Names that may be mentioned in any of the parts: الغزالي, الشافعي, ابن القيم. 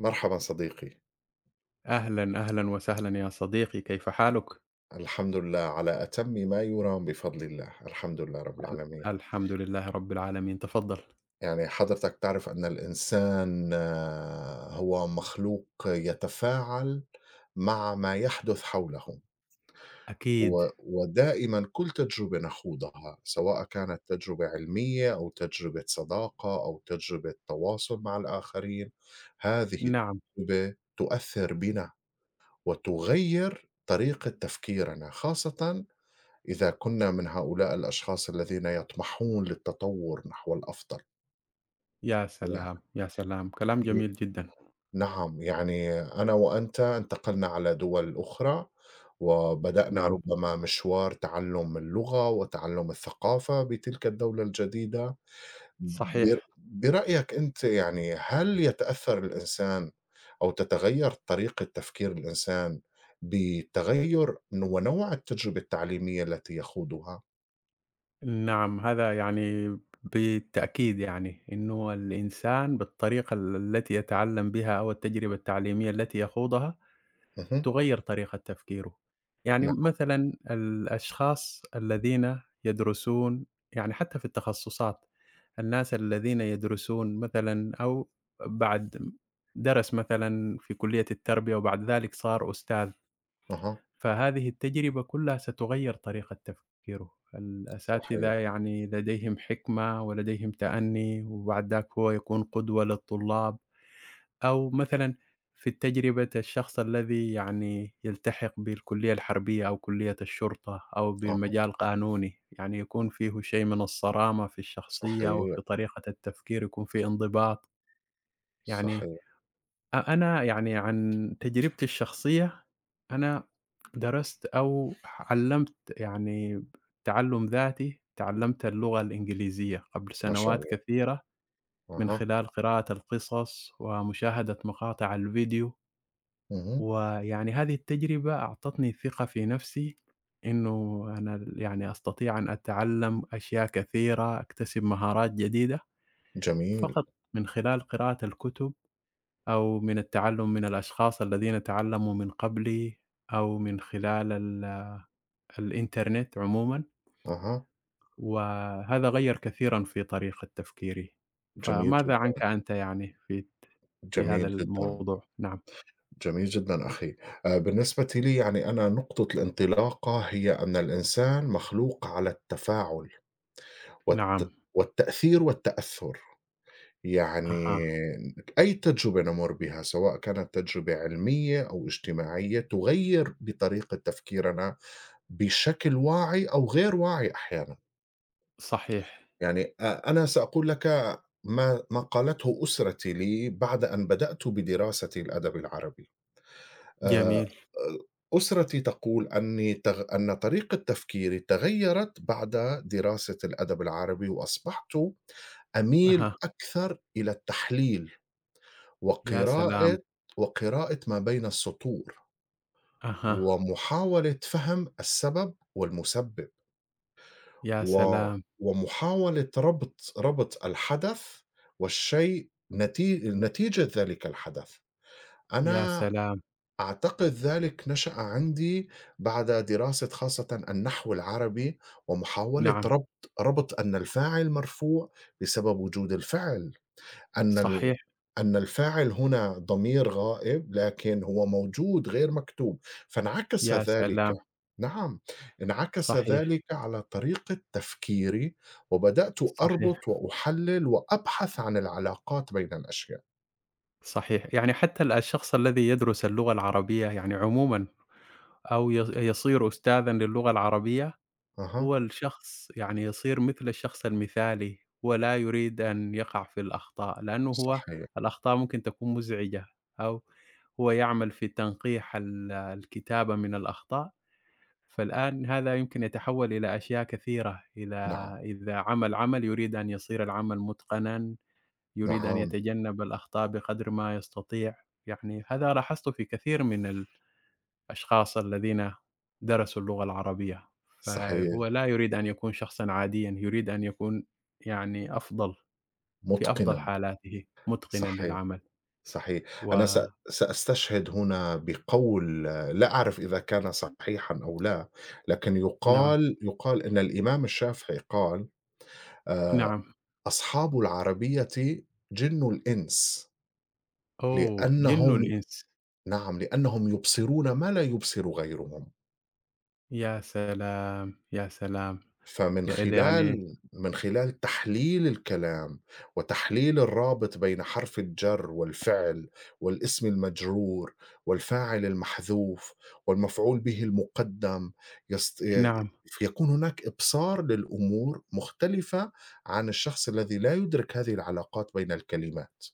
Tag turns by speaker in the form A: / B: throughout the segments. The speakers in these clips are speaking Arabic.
A: مرحبا صديقي.
B: أهلًا، أهلًا وسهلًا يا صديقي، كيف حالك؟
A: الحمد لله على أتم ما يرام بفضل الله. الحمد لله رب العالمين.
B: الحمد لله رب العالمين، تفضل.
A: يعني حضرتك تعرف أن الإنسان هو مخلوق يتفاعل مع ما يحدث حوله.
B: أكيد،
A: ودائما كل تجربة نخوضها سواء كانت تجربة علمية أو تجربة صداقة أو تجربة تواصل مع الآخرين، هذه
B: نعم،
A: التجربة تؤثر بنا وتغير طريقة تفكيرنا، خاصة إذا كنا من هؤلاء الأشخاص الذين يطمحون للتطور نحو الأفضل.
B: يا سلام، يا سلام، كلام
A: يعني
B: جميل جدًا،
A: نعم، يعني أنا وأنت انتقلنا على دول أخرى، وبدأنا
B: نعم،
A: ربما مشوار تعلم اللغة وتعلم الثقافة بتلك الدولة الجديدة.
B: صحيح،
A: برأيك أنت، يعني هل يتأثر الإنسان أو تتغير طريقة تفكير الإنسان بتغير ونوع التجربة التعليمية التي يخوضها؟
B: نعم، هذا يعني بالتأكيد يعني إنه الإنسان بالطريقة التي يتعلم بها أو التجربة التعليمية التي يخوضها
A: مهم.
B: تغيّر طريقة تفكيره. يعني
A: نعم.
B: مثلًا الأشخاص الذين يدرسون يعني حتى في التخصصات، الناس الذين يدرسون مثلًا أو بعد درس مثلًا في كلية التربية وبعد ذلك صار أستاذ،
A: أها.
B: فهذه التجربة كلها ستغيّر طريقة تفكيره.
A: صحيح،
B: الأساتذة يعني لديهم حكمة ولديهم تأني وبعد ذاك هو يكون قدوة للطلاب. أو مثلًا في تجربة الشخص الذي يعني يلتحق بالكلية الحربية أو كلية الشرطة أو
A: أها،
B: بالمجال القانوني، يعني يكون فيه شيء من الصرامة في الشخصية
A: صحيح،
B: وفي طريقة التفكير يكون في انضباط، يعني
A: صحيح،
B: أنا يعني عن تجربتي الشخصية أنا درست أو علّمت يعني تعلُّم ذاتي، تعلّمت اللغة الإنجليزية قبل
A: ما شاء
B: سنوات
A: الله،
B: كثيرة من
A: أها،
B: خلال قراءة القصص ومشاهدة مقاطع الڤيديو.
A: اهم،
B: ويعني هذه التجربة أعطتني ثقة في نفسي إنه أنا يعني أستطيع أن أتعلم أشياء كثيرة، أكتسب مهارات جديدة
A: جميل،
B: فقط من خلال قراءة الكتب أو من التعلم من الأشخاص الذين تعلموا من قبلي أو من خلال الإنترنت عمومًا،
A: أها،
B: وهذا غيّر كثيرًا في طريقة تفكيري.
A: جميل
B: فماذا
A: جدًا،
B: عنك أنت يعني في هذا
A: جميل جدًا،
B: الموضوع؟ نعم،
A: جميل جدًا أخي. بالنسبة لي، يعني أنا نقطة الانطلاقة هي أن الإنسان مخلوق على التفاعل
B: نعم،
A: والتأثير والتأثُّر. يعني
B: أها،
A: أي تجربة نمُر بها سواء كانت تجربة علمية أو اجتماعية تغيّر بطريقة تفكيرنا بشكل واعي أو غير واعي أحيانًا.
B: صحيح،
A: يعني أنا سأقول لك ما قالته أسرتي لي بعد أن بدأت بدراسة الأدب العربي. آآ،
B: جميل،
A: أسرتي تقول أني تغ أن طريقة تفكيري تغيّرت بعد دراسة الأدب العربي، وأصبحت أميل
B: أها.
A: أكثر إلى التحليل
B: يا سلام!
A: وقراءة وقراءة ما بين السطور،
B: أها،
A: ومحاولة فهم السبب والمسبب.
B: يا
A: و
B: سلام،
A: ومحاولة ربط الحدث والشيء نتيجة ذلك الحدث.
B: يا
A: أنا
B: سلام!
A: أعتقد ذلك نشأ عندي بعد دراسة خاصة النحو العربي، ومحاولة
B: نعم،
A: ربط أن الفاعل مرفوع بسبب وجود الفعل. أن ال
B: صحيح،
A: أن الفاعل هنا ضمير غائب، لكن هو موجود غير مكتوب، فانعكس
B: يا
A: ذلك.
B: سلام!
A: نعم، انعكس
B: صحيح،
A: ذلك على طريقة تفكيري، وبدأت
B: صحيح،
A: أربط وأحلل وأبحث عن العلاقات بين الأشياء.
B: صحيح. يعني حتى الشخص الذي يدرس اللغة العربية يعني عمومًا أو يصير أستاذًا للغة العربية،
A: أها،
B: هو الشخص يعني يصير مثل الشخص المثالي ولا يريد أن يقع في الأخطاء، لأنه هو
A: صحيح،
B: الأخطاء ممكن تكون مزعجة أو هو يعمل في تنقيح الكتابة من الأخطاء. فالآن هذا يمكن يتحول إلى أشياء كثيرة،
A: نعم،
B: إذا عمل عمل يريد أن يصير العمل متقنًا، يريد أن
A: نعم،
B: يتجنب الأخطاء بقدر ما يستطيع، يعني هذا لاحظته في كثير من الأشخاص الذين درسوا اللغة العربية، فهو
A: صحيح،
B: لا يريد أن يكون شخصًا عاديًا، يريد أن يكون يعني أفضل في أفضل
A: متقنًا،
B: حالاته متقنًا
A: صحيح.
B: للعمل
A: صحيح.
B: و
A: أنا س سأستشهد هنا بقول، لا أعرف إذا كان صحيحًا أو لا، لكن
B: نعم،
A: يُقال إن الإمام الشافعي قال:
B: نعم،
A: "أصحاب العربية جِنُّ الإنس،
B: أوه! جِن
A: لأنهم"
B: والإنس،
A: نعم، "لأنهم يبصرون ما لا يبصر غيرهم."
B: يا سلام، يا سلام!
A: فمن
B: يا إلي يعني
A: خلال من خلال تحليل الكلام وتحليل الرابط بين حرف الجر والفعل والاسم المجرور والفاعل المحذوف والمفعول به المقدم يست... ي-
B: نعم،
A: يكون هناك ابصار للامور مختلفه عن الشخص الذي لا يدرك هذه العلاقات بين الكلمات.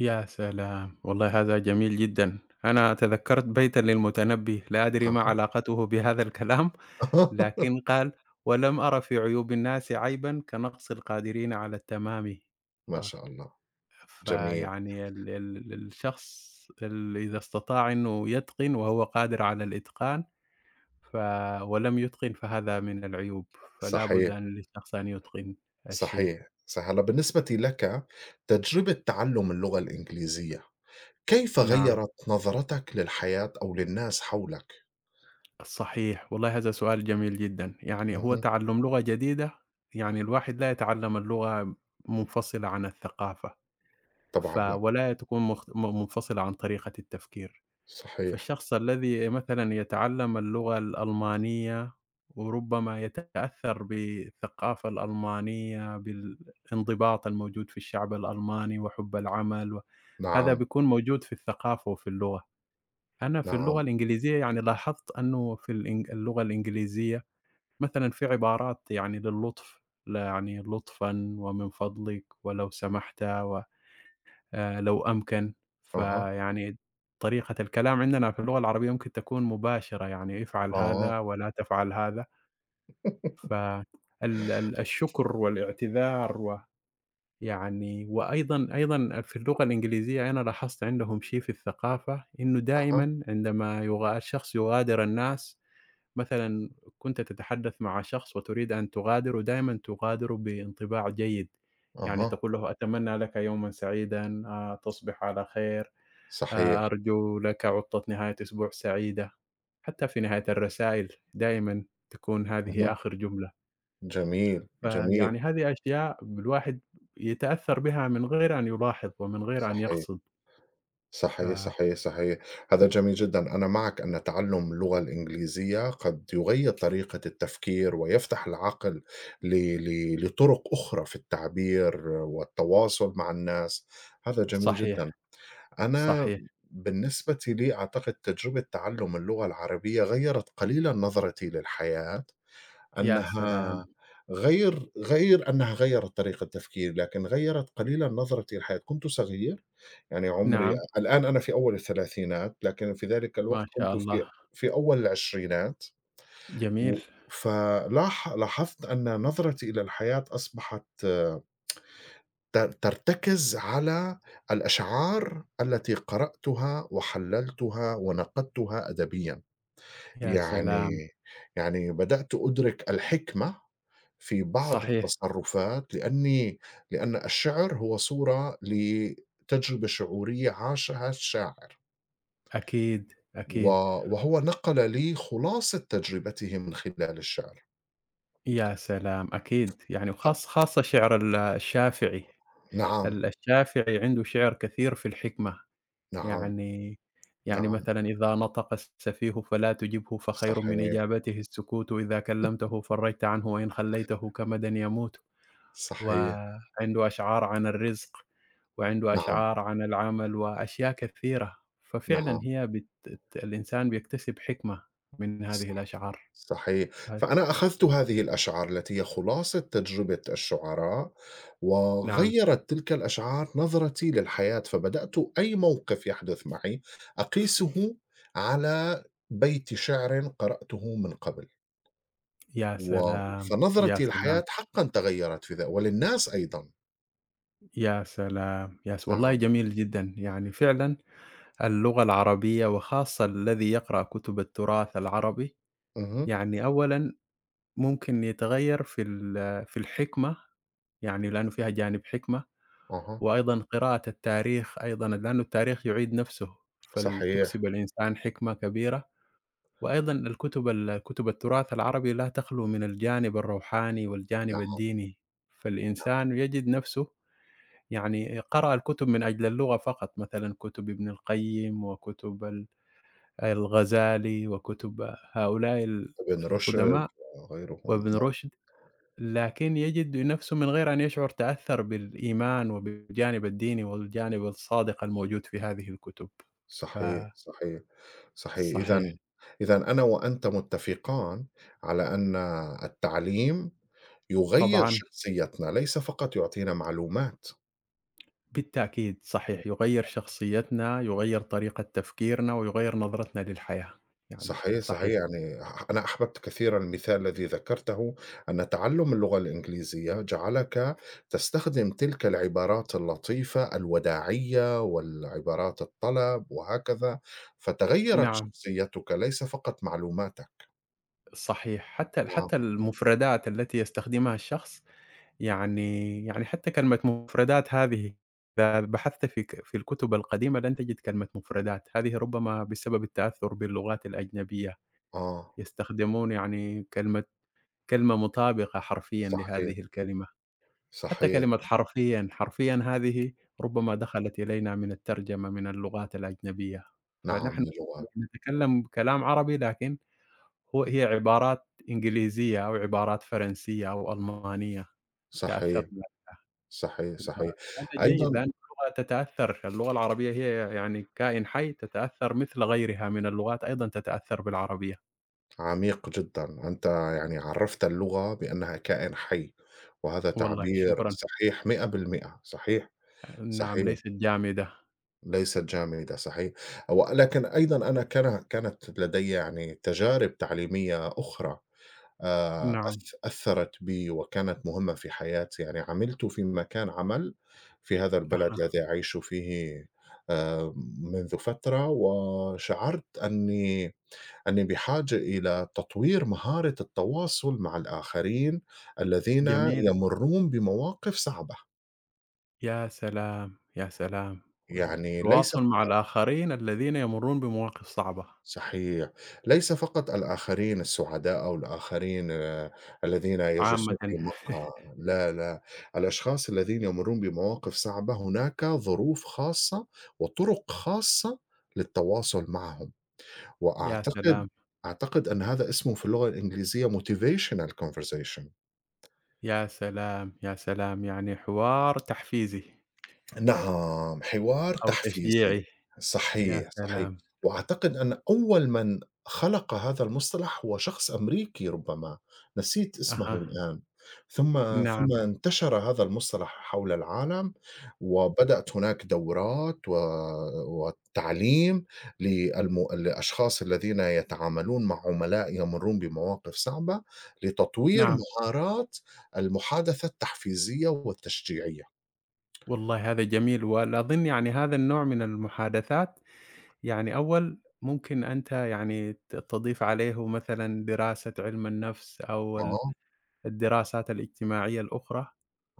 B: يا سلام! والله هذا جميل جدًا. أنا تذكّرت بيتًا للمتنبّي، لا أدري ما
A: أها.
B: علاقته بهذا الكلام، لكن قال: "ولم أر في عيوب الناس عيبًا كنقص القادرين على التمام."
A: ما
B: آه،
A: شاء الله. جميل.
B: فيعني ال ال الشخص ال إذا استطاع إنه يتقن وهو قادر على الإتقان ف ولم يتقن فهذا من العيوب، فلا بد
A: صحيح.
B: أن للشخص أن يتقن الشيء.
A: صحيح، صح هلا. بالنسبة لك تجربة تعلم اللغة الإنجليزية، كيف
B: نعم.
A: غيّرت نظرتك للحياة أو للناس حولك؟
B: صحيح، والله هذا سؤال جميل جدًا، يعني هو
A: اهم،
B: تعلُّم لغة جديدة، يعني الواحد لا يتعلَّم اللغة منفصلة عن الثقافة، ف
A: طبعًا لأ،
B: ولا تكون مخت م منفصلة عن طريقة التفكير،
A: صحيح،
B: فالشخص الذي مثلًا يتعلَّم اللغة الألمانية وربما يتأثّر بالثقافة الألمانية، بالانضباط الموجود في الشعب الألماني وحُب العمل و هذا
A: نعم،
B: بيكون موجود في الثقافة وفي اللغة. أنا في اللغة
A: نعم،
B: الإنجليزية يعني لاحظت أنه في اللغة الإنجليزية مثلًا في عبارات يعني للطف، يعني لطفًا ومن فضلِك ولو سمحت و لو أمكن،
A: أها،
B: فيعني طريقة الكلام عندنا في اللغة العربية ممكن تكون مباشرة، يعني افعل
A: آه،
B: هذا ولا تفعل هذا، ف ال ال الشكر والاعتذار و يعني وأيضًا أيضًا في اللغة الإنجليزية أنا لاحظت عندهم شيء في الثقافة إنه
A: أها،
B: دائمًا عندما الشخص يغادر الناس مثلًا كنت تتحدث مع شخص وتريد أن تغادره، دائمًا تغادره بانطباع جيد، يعني
A: أها،
B: تقول له: "أتمنى لك يومًا سعيدًا، تصبح على خير،
A: صحيح،
B: أرجو لك عطلة نهاية أسبوع سعيدة." حتى في نهاية الرسائل دائمًا تكون هذه
A: اهم،
B: آخر جملة.
A: جميل، جميل،
B: فيعني هذه أشياء الواحد يتأثّر بها من غير أن يلاحظ ومن غير أن
A: صحيح،
B: يقصد، ف
A: صحيح، صحيح، صحيح. هذا جميل جدًا. أنا معك أن تعلم اللغة الإنجليزية قد يغيّر طريقة التفكير ويفتح العقل ل ل لطرق أخرى في التعبير والتواصل مع الناس. هذا جميل
B: صحيح،
A: جدًا. أنا
B: صحيح،
A: بالنسبة لي أعتقد تجربة تعلم اللغة العربية غيّرت قليلًا نظرتي للحياة،
B: يا
A: أنها
B: سلام!
A: غير غير أنها غيّرت طريقة تفكيري، لكن غيّرت قليلًا نظرتي للحياة. كنت صغير، يعني عمري
B: نعم،
A: الآن أنا في أول الثلاثينات، لكن في ذلك
B: ما
A: الوقت
B: شاء
A: كنت في
B: الله،
A: أول العشرينات.
B: جميل،
A: و فلاح لاحظت أن نظرتي إلى الحياة أصبحت ترتكز على الأشعار التي قرأتها وحللتها ونقدتها أدبيًا.
B: يا سلام!
A: يعني، بدأت أدرك الحكمة في بعض
B: صحيح،
A: التصرفات، لأن الشعر هو صورة لتجربة شعورية عاشها الشاعر،
B: أكيد،
A: و
B: أكيد،
A: وهو نقل لي خلاصة تجربته من خلال الشعر.
B: يا سلام! أكيد، يعني
A: ف
B: وخاص خاصة شعر الشافعي،
A: نعم،
B: الشافعي عنده شعر كثير في الحكمة.
A: نعم،
B: يعني
A: نعم،
B: مثلًا إذا نطق السفيه فلا تجبه فخير من
A: صحيح،
B: إجابته السكوت، إذا كلمته فرجت عنه وإن خليته كمدا يموت،
A: صحيح،
B: وعنده أشعار عن الرزق، وعنده
A: نعم،
B: أشعار عن العمل وأشياء كثيرة، ففعلًا
A: نعم.
B: هي بت ت الإنسان بيكتسب حكمة من هذه
A: صح
B: الأشعار.
A: صحيح.
B: هل
A: فأنا أخذت هذه الأشعار التي هي خلاصة تجربة الشعراء،
B: نعم،
A: وغيرت تلك الأشعار نظرتي للحياة، فبدأت أي موقف يحدث معي أقيسه على بيت شعر قرأته من قبل.
B: يا
A: و...
B: سلام، يا
A: فنظرتي
B: سلام،
A: للحياة حقا تغيرت في ذلك وللناس أيضا.
B: يا سلام، يا س والله
A: نعم.
B: جميل جدًا، يعني فعلًا اللغة العربية وخاصة الذي يقرأ كتب التراث العربي،
A: أها.
B: يعني أولًا ممكن يتغير في الحكمة، يعني لأنه فيها جانب حكمة،
A: أها.
B: وأيضًا قراءة التاريخ أيضًا لأنه التاريخ يعيد نفسه،
A: صحيح.
B: فلتكسب الإنسان حكمة كبيرة، وأيضًا الكتب كتب التراث العربي لا تخلو من الجانب الروحاني والجانب
A: نعم.
B: الديني،
A: نعم.
B: فالإنسان يجد نفسه يعني قرأ الكتب من أجل اللغة فقط، مثلًا كتب ابن القيم وكتب الغزالي وكتب هؤلاء
A: ابن رشد
B: القدماء
A: وغيرهم.
B: وابن رشد، لكن يجد نفسه من غير أن يشعر تأثّر بالإيمان وبالجانب الديني والجانب الصادق الموجود في هذه الكتب.
A: صحيح، صحيح، صحيح.
B: فصحيح،
A: إذًا أنا وأنت متفقان على أن التعليم يغيّر
B: طبعًا
A: شخصيتنا، ليس فقط يعطينا معلومات.
B: بالتأكيد صحيح، يغيّر شخصيتنا، يغيّر طريقة تفكيرنا، ويغيّر نظرتنا للحياة، يعني
A: صحيح، صحيح.
B: صحيح،
A: يعني أنا أحببت كثيرًا المثال الذي ذكرته، أن تعلُّم اللغة الإنجليزية جعلك تستخدم تلك العبارات اللطيفة الوداعية والعبارات الطلب وهكذا، فتغيّرت
B: نعم
A: شخصيتك ليس فقط معلوماتك.
B: صحيح، حتى حتى
A: نعم،
B: المفردات التي يستخدمها الشخص يعني حتى كلمة مفردات هذه إذا بحثت في الكتب القديمة لن تجد كلمة مفردات، هذه ربما بسبب التأثّر باللغات الأجنبية،
A: آه،
B: يستخدمون يعني كلمة مطابقة حرفيًا
A: صحيح.
B: لهذه الكلمة، حتى
A: صحيح،
B: كلمة حرفيًا، حرفيًا هذه ربما دخلت إلينا من الترجمة من اللغات الأجنبية،
A: نعم
B: فنحن
A: للغة،
B: يعني نتكلم كلام عربي لكن هي عبارات إنجليزية أو عبارات فرنسية أو ألمانية
A: صحيح،
B: تأثّرنا
A: صحيح، صحيح.
B: وهذا جيد
A: أيضًا
B: لأن اللغة تتأثّر، اللغة العربية هي يعني كائن حي تتأثّر مثل غيرها من اللغات أيضًا تتأثّر بالعربية.
A: عميق جدًا. أنت يعني عرّفت اللغة بأنها كائن حي، وهذا
B: والله
A: تعبير
B: شكرًا،
A: صحيح 100% صحيح.
B: نعم
A: صحيح،
B: ليست جامدة،
A: ليست جامدة. صحيح. ولكن أيضًا أنا كانت لدي يعني تجارب تعليمية أخرى.
B: نعم،
A: أثّرت بي وكانت مهمة في حياتي. يعني عملت في مكان عمل في هذا البلد
B: أها،
A: الذي أعيش فيه آآ منذ فترة، وشعرت أني بحاجة إلى تطوير مهارة التواصل مع الآخرين الذين
B: جميل،
A: يمرّون بمواقف صعبة.
B: يا سلام، يا سلام!
A: يعني ليس.
B: والتواصل مع الآخرين الذين يمرّون بمواقف صعبة
A: صحيح. ليس فقط الآخرين السعداء أو الآخرين، الذين يجلسون في
B: عامةً.
A: مقهى. لا، لا، الأشخاص الذين يمرّون بمواقف صعبة هناك ظروف خاصة وطرق خاصة للتواصل معهم.
B: يا
A: وأعتقد
B: سلام،
A: أعتقد أن هذا اسمه في اللغة الإنجليزية motivational conversation.
B: يا سلام، يا سلام! يعني حوار تحفيزي
A: نعم، حوار
B: أو
A: تحفيزي.
B: تشجيعي، يا
A: صحيح، صحيح.
B: سلام!
A: وأعتقد أن أول من خلق هذا المصطلح هو شخص أمريكي ربما، نسيت اسمه
B: أها،
A: الآن. ثم
B: نعم،
A: انتشر هذا المصطلح حول العالم، وبدأت هناك دورات وتعليم للأشخاص الذين يتعاملون مع عملاء يمرون بمواقف صعبة، لتطوير
B: نعم.
A: مهارات المحادثة التحفيزية والتشجيعية.
B: والله هذا جميل، والأظن يعني هذا النوع من المحادثات يعني أول ممكن أنت يعني تضيف عليه مثلًا دراسة علم النفس أو ال
A: آه.
B: الدراسات الاجتماعية الأخرى،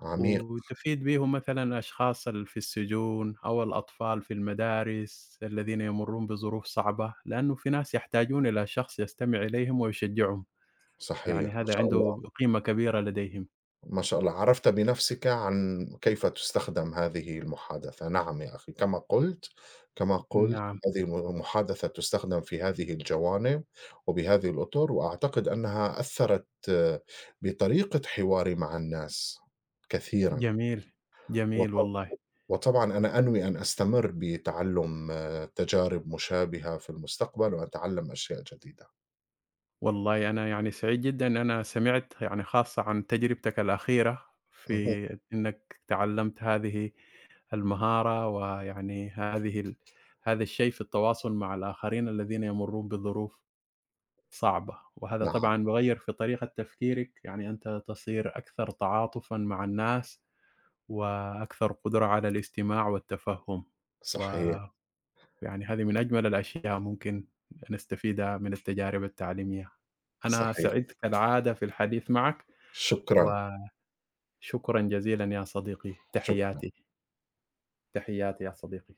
A: عميق.
B: وتفيد به مثلًا أشخاص في السجون أو الأطفال في المدارس الذين يمرّون بظروف صعبة، لأنه في ناس يحتاجون إلى شخص يستمع إليهم ويشجعهم،
A: صحيح،
B: يعني
A: ما
B: هذا
A: شاء الله،
B: عنده قيمة كبيرة لديهم.
A: ما شاء الله. عرفت بنفسك عن كيف تستخدم هذه المحادثة. نعم يا أخي، كما قُلت، كما قُلت
B: نعم،
A: هذه المحادثة تستخدم في هذه الجوانب وبهذه الأطر، وأعتقد أنها أثّرت، بطريقة حواري مع الناس كثيرًا.
B: جميل،
A: وط
B: جميل والله.
A: وطبعًا أنا أنوي أن أستمر بتعلُّم، تجارب مشابهة في المستقبل وأتعلّم أشياء جديدة.
B: والله أنا يعني سعيد جدًا إن أنا سمعت يعني خاصة عن تجربتك الأخيرة
A: اهم،
B: في إنك تعلمت هذه المهارة، ويعني هذه ال هذا الشيء في التواصل مع الآخرين الذين يمرون بظروف صعبة، وهذا
A: نعم،
B: طبعًا بيغيّر في طريقة تفكيرك، يعني أنت تصير أكثر تعاطفًا مع الناس، وأكثر قدرة على الاستماع والتفهم و
A: صحيح،
B: يعني هذه من أجمل الأشياء ممكن نستفيدها من التجارب التعليمية. أنا
A: صحيح،
B: سعدت كالعادة في الحديث معك،
A: شكرًا،
B: وشكرًا جزيلًا يا صديقي،
A: شكرًا.
B: تحياتي، تحياتي يا صديقي.